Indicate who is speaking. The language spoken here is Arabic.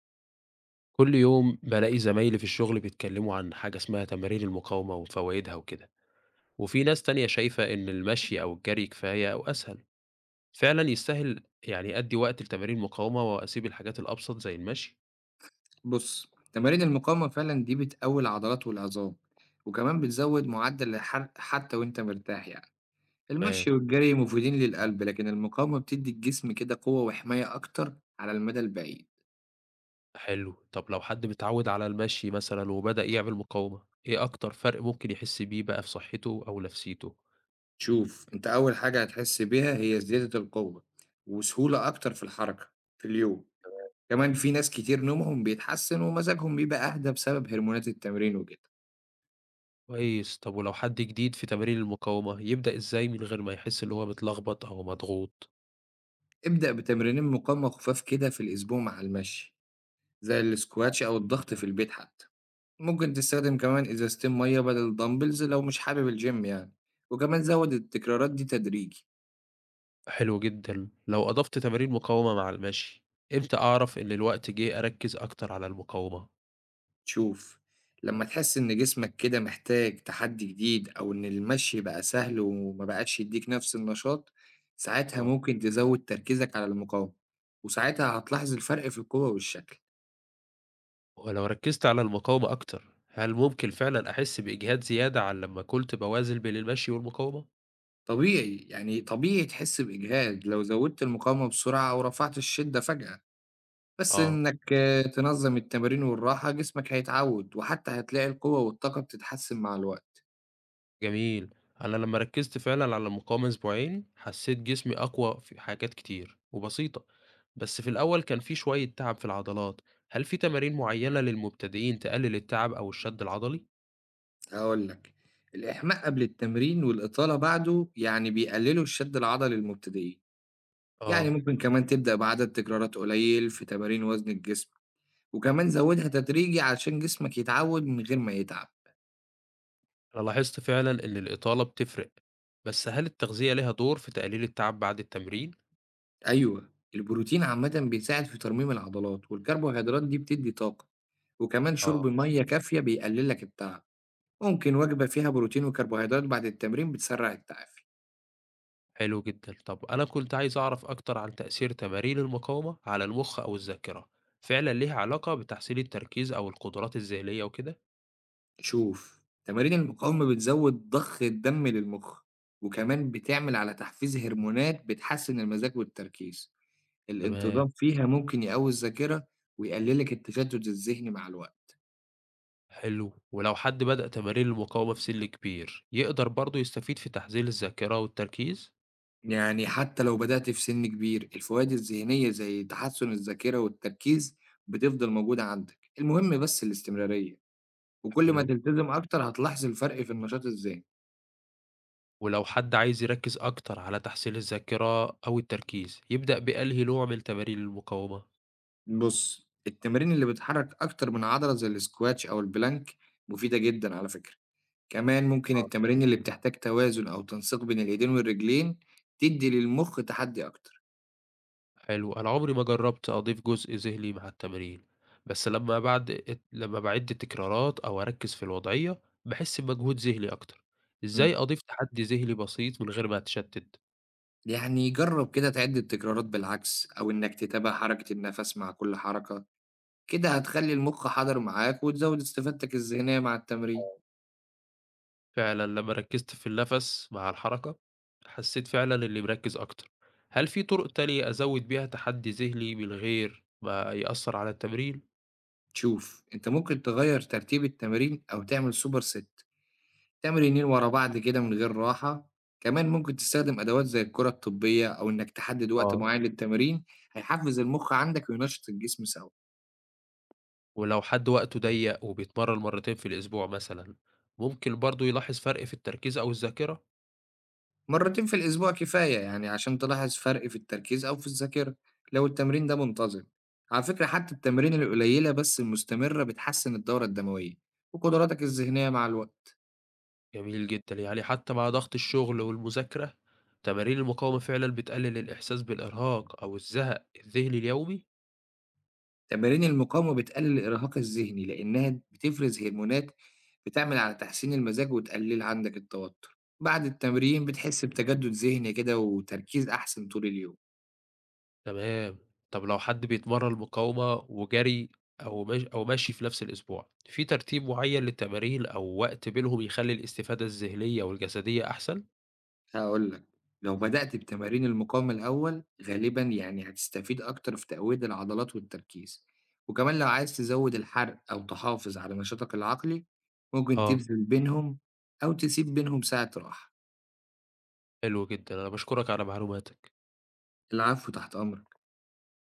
Speaker 1: كل يوم بلاقي زمايلي في الشغل بيتكلموا عن حاجة اسمها تمارين المقاومة وفوائدها وكده، وفي ناس تانية شايفة إن المشي أو الجري كفاية أو أسهل. فعلا يستاهل يعني أدي وقت لتمارين المقاومة وأسيب الحاجات الأبسط زي المشي؟
Speaker 2: بُص، تمارين المقاومة فعلًا دي بتقوي العضلات والعظام، وكمان بتزود معدل الحرق حتى وأنت مرتاح يعني، المشي
Speaker 1: تمام.
Speaker 2: والجري مفيدين للقلب، لكن المقاومة بتدي الجسم كده قوة وحماية أكتر على المدى البعيد.
Speaker 1: حلو، طب لو حد متعود على المشي مثلا وبدأ يعمل مقاومة، إيه أكتر فرق ممكن يحس بيه بقى في صحته أو نفسيته؟
Speaker 2: شوف، أنت أول حاجة هتحس بيها هي زيادة القوة، وسهولة أكتر في الحركة في اليوم، كمان في ناس كتير نومهم بيتحسن ومزاجهم بيبقى أهدى بسبب هرمونات التمرين وكده.
Speaker 1: كويس، طب ولو حد جديد في تمارين المقاومة يبدأ إزاي من غير ما يحس إن هو متلخبط أو مضغوط؟
Speaker 2: ابدأ بتمرينين مقاومة خفاف كده في الأسبوع مع المشي، زي الsquats أو الضغط في البيت حتى. ممكن تستخدم كمان إزازتين مية بدل الدمبلز لو مش حابب الجيم يعني، وكمان زود التكرارات دي تدريجي.
Speaker 1: حلو جدًا. لو أضفت تمارين مقاومة مع المشي، إمتى أعرف إن الوقت جه أركّز أكتر على المقاومة؟
Speaker 2: شوف، لما تحس إن جسمك كده محتاج تحدي جديد أو إن المشي بقى سهل وما بقاش يديك نفس النشاط، ساعتها
Speaker 1: آه.
Speaker 2: ممكن تزود تركيزك على المقاومة، وساعتها هتلاحظ الفرق في القوة والشكل.
Speaker 1: ولو ركّزت على المقاومة أكتر، هل ممكن فعلًا أحس بإجهاد زيادة عن لمّا كنت باوازن بين المشي والمقاومة؟
Speaker 2: طبيعي يعني طبيعي تحس بإجهاد لو زودت المقاومة بسرعة أو رفعت الشدة فجأة، بس
Speaker 1: آه،
Speaker 2: إنك تنظّم التمارين والراحة جسمك هيتعوّد، وحتى هتلاقي القوة والطاقة بتتحسّن مع الوقت.
Speaker 1: جميل. أنا لمّا ركّزت فعلًا على المقاومة أسبوعين، حسّيت جسمي أقوى في حاجات كتير وبسيطة، بس في الأول كان في شوية تعب في العضلات. هل في تمارين معيّنة للمبتدئين تقلل التعب أو الشد العضلي؟
Speaker 2: هاقول لك، الإحماء قبل التمرين والإطالة بعده يعني بيقللوا الشد العضلي للمبتدئين، يعني
Speaker 1: آه.
Speaker 2: ممكن كمان تبدأ بعدد تكرارات قليل في تمارين وزن الجسم، وكمان زوّدها تدريجي علشان جسمك يتعوّد من غير ما يتعب.
Speaker 1: أنا لاحظت فعلا إن الإطالة بتفرق، بس هل التغذية لها دور في تقليل التعب بعد التمرين؟
Speaker 2: أيوه، البروتين عامةً بيساعد في ترميم العضلات، والكربوهيدرات دي بتدّي طاقة، وكمان
Speaker 1: آه.
Speaker 2: شرب مَيّة كافية بيقلل لك التعب. ممكن وجبة فيها بروتين وكربوهيدرات بعد التمرين بتسرع التعافي.
Speaker 1: حلو جدا، طب أنا كنت عايز أعرف أكتر عن تأثير تمارين المقاومة على المخ أو الذاكرة. فعلا ليها علاقة بتحسين التركيز أو القدرات الذهنية وكده؟
Speaker 2: شوف، تمارين المقاومة بتزود ضخ الدم للمخ، وكمان بتعمل على تحفيز هرمونات بتحسن المزاج والتركيز.
Speaker 1: تمام.
Speaker 2: الانتظام فيها ممكن يقوي الذاكرة ويقللك التشتت الذهني مع الوقت.
Speaker 1: حلو، ولو حد بدأ تمارين المقاومة في سن كبير، يقدر برضه يستفيد في تحسين الذاكرة والتركيز؟
Speaker 2: يعني حتى لو بدأت في سن كبير، الفوائد الذهنية زي تحسن الذاكرة والتركيز بتفضل موجودة عندك، المهم بس الاستمرارية، وكل ما
Speaker 1: حلو.
Speaker 2: تلتزم أكتر هتلاحظ الفرق في النشاط الذهني.
Speaker 1: ولو حد عايز يركز أكتر على تحسين الذاكرة أو التركيز، يبدأ بأنهي نوع من تمارين المقاومة؟
Speaker 2: بُص، التمارين اللي بتحرّك أكتر من عضلة زي الsquat أو البلانك مفيدة جدًا على فكرة، كمان ممكن التمارين اللي بتحتاج توازن أو تنسيق بين الإيدين والرجلين تدّي للمُخ تحدّي أكتر.
Speaker 1: حلو، أنا عمري ما جرّبت أضيف جزء ذهني مع التمرين، بس لمّا باعد الت لمّا باعِد التكرارات أو أركّز في الوضعية، باحس بمجهود ذهني أكتر. إزاي
Speaker 2: إمم.
Speaker 1: أضيف تحدي ذهني بسيط من غير ما أتشتِّت؟
Speaker 2: يعني جرّب كده تعِد التكرارات بالعكس أو إنك تتابع حركة النَفَس مع كل حركة، كده هتخلّي المُخ حاضر معاك وتزوّد استفادتك الذهنية مع التمرين.
Speaker 1: فعلًا لمّا ركّزت في النَفَس مع الحركة، حسّيت فعلًا إنّي مركّز أكتر. هل في طُرق تانية أزوّد بيها تحدي ذهني من غير ما يأثّر على التمرين؟
Speaker 2: شوف، أنت ممكن تغيّر ترتيب التمارين أو تعمل super set. تمرينين ورا بعض كده من غير راحة، كمان ممكن تستخدم أدوات زي الكرة الطبية أو إنك تحدد وقت
Speaker 1: آه.
Speaker 2: معين للتمرين، هيحفز المخ عندك وينشط الجسم سوا.
Speaker 1: ولو حد وقته ضيّق وبيتمرّن مرّتين في الأسبوع مثلًا، ممكن برضه يلاحظ فرق في التركيز أو الذاكرة؟
Speaker 2: مرتين في الأسبوع كفاية يعني عشان تلاحظ فرق في التركيز أو في الذاكرة لو التمرين ده منتظم. على فكرة حتى التمارين القليلة بس المستمرة بتحسن الدورة الدموية وقدراتك الذهنية مع الوقت.
Speaker 1: جميل جدًا، يعني حتى مع ضغط الشغل والمذاكرة، تمارين المقاومة فعلًا بتقلل الإحساس بالإرهاق أو الزهق الذهني اليومي؟
Speaker 2: تمارين المقاومة بتقلل الإرهاق الذهني لأنها بتفرز هرمونات بتعمل على تحسين المزاج وتقلل عندك التوتر، بعد التمرين بتحس بتجدد ذهني كده وتركيز أحسن طول اليوم.
Speaker 1: تمام، طب لو حد بيتمرن مقاومة وجري أو مش أو مشي في نفس الأسبوع، في ترتيب معين للتمارين أو وقت بينهم يخلّي الاستفادة الذهنية والجسدية أحسن؟
Speaker 2: هقول لك، لو بدأت بتمارين المقاومة الأول غالبا يعني هتستفيد أكتر في تقوية العضلات والتركيز، وكمان لو عايز تزود الحرق أو تحافظ على نشاطك العقلي ممكن
Speaker 1: آه،
Speaker 2: تبذل بينهم، أو تسيب بينهم ساعة راحة.
Speaker 1: حلو جدًا، أنا باشكرك على معلوماتك.
Speaker 2: العفو، تحت أمرك.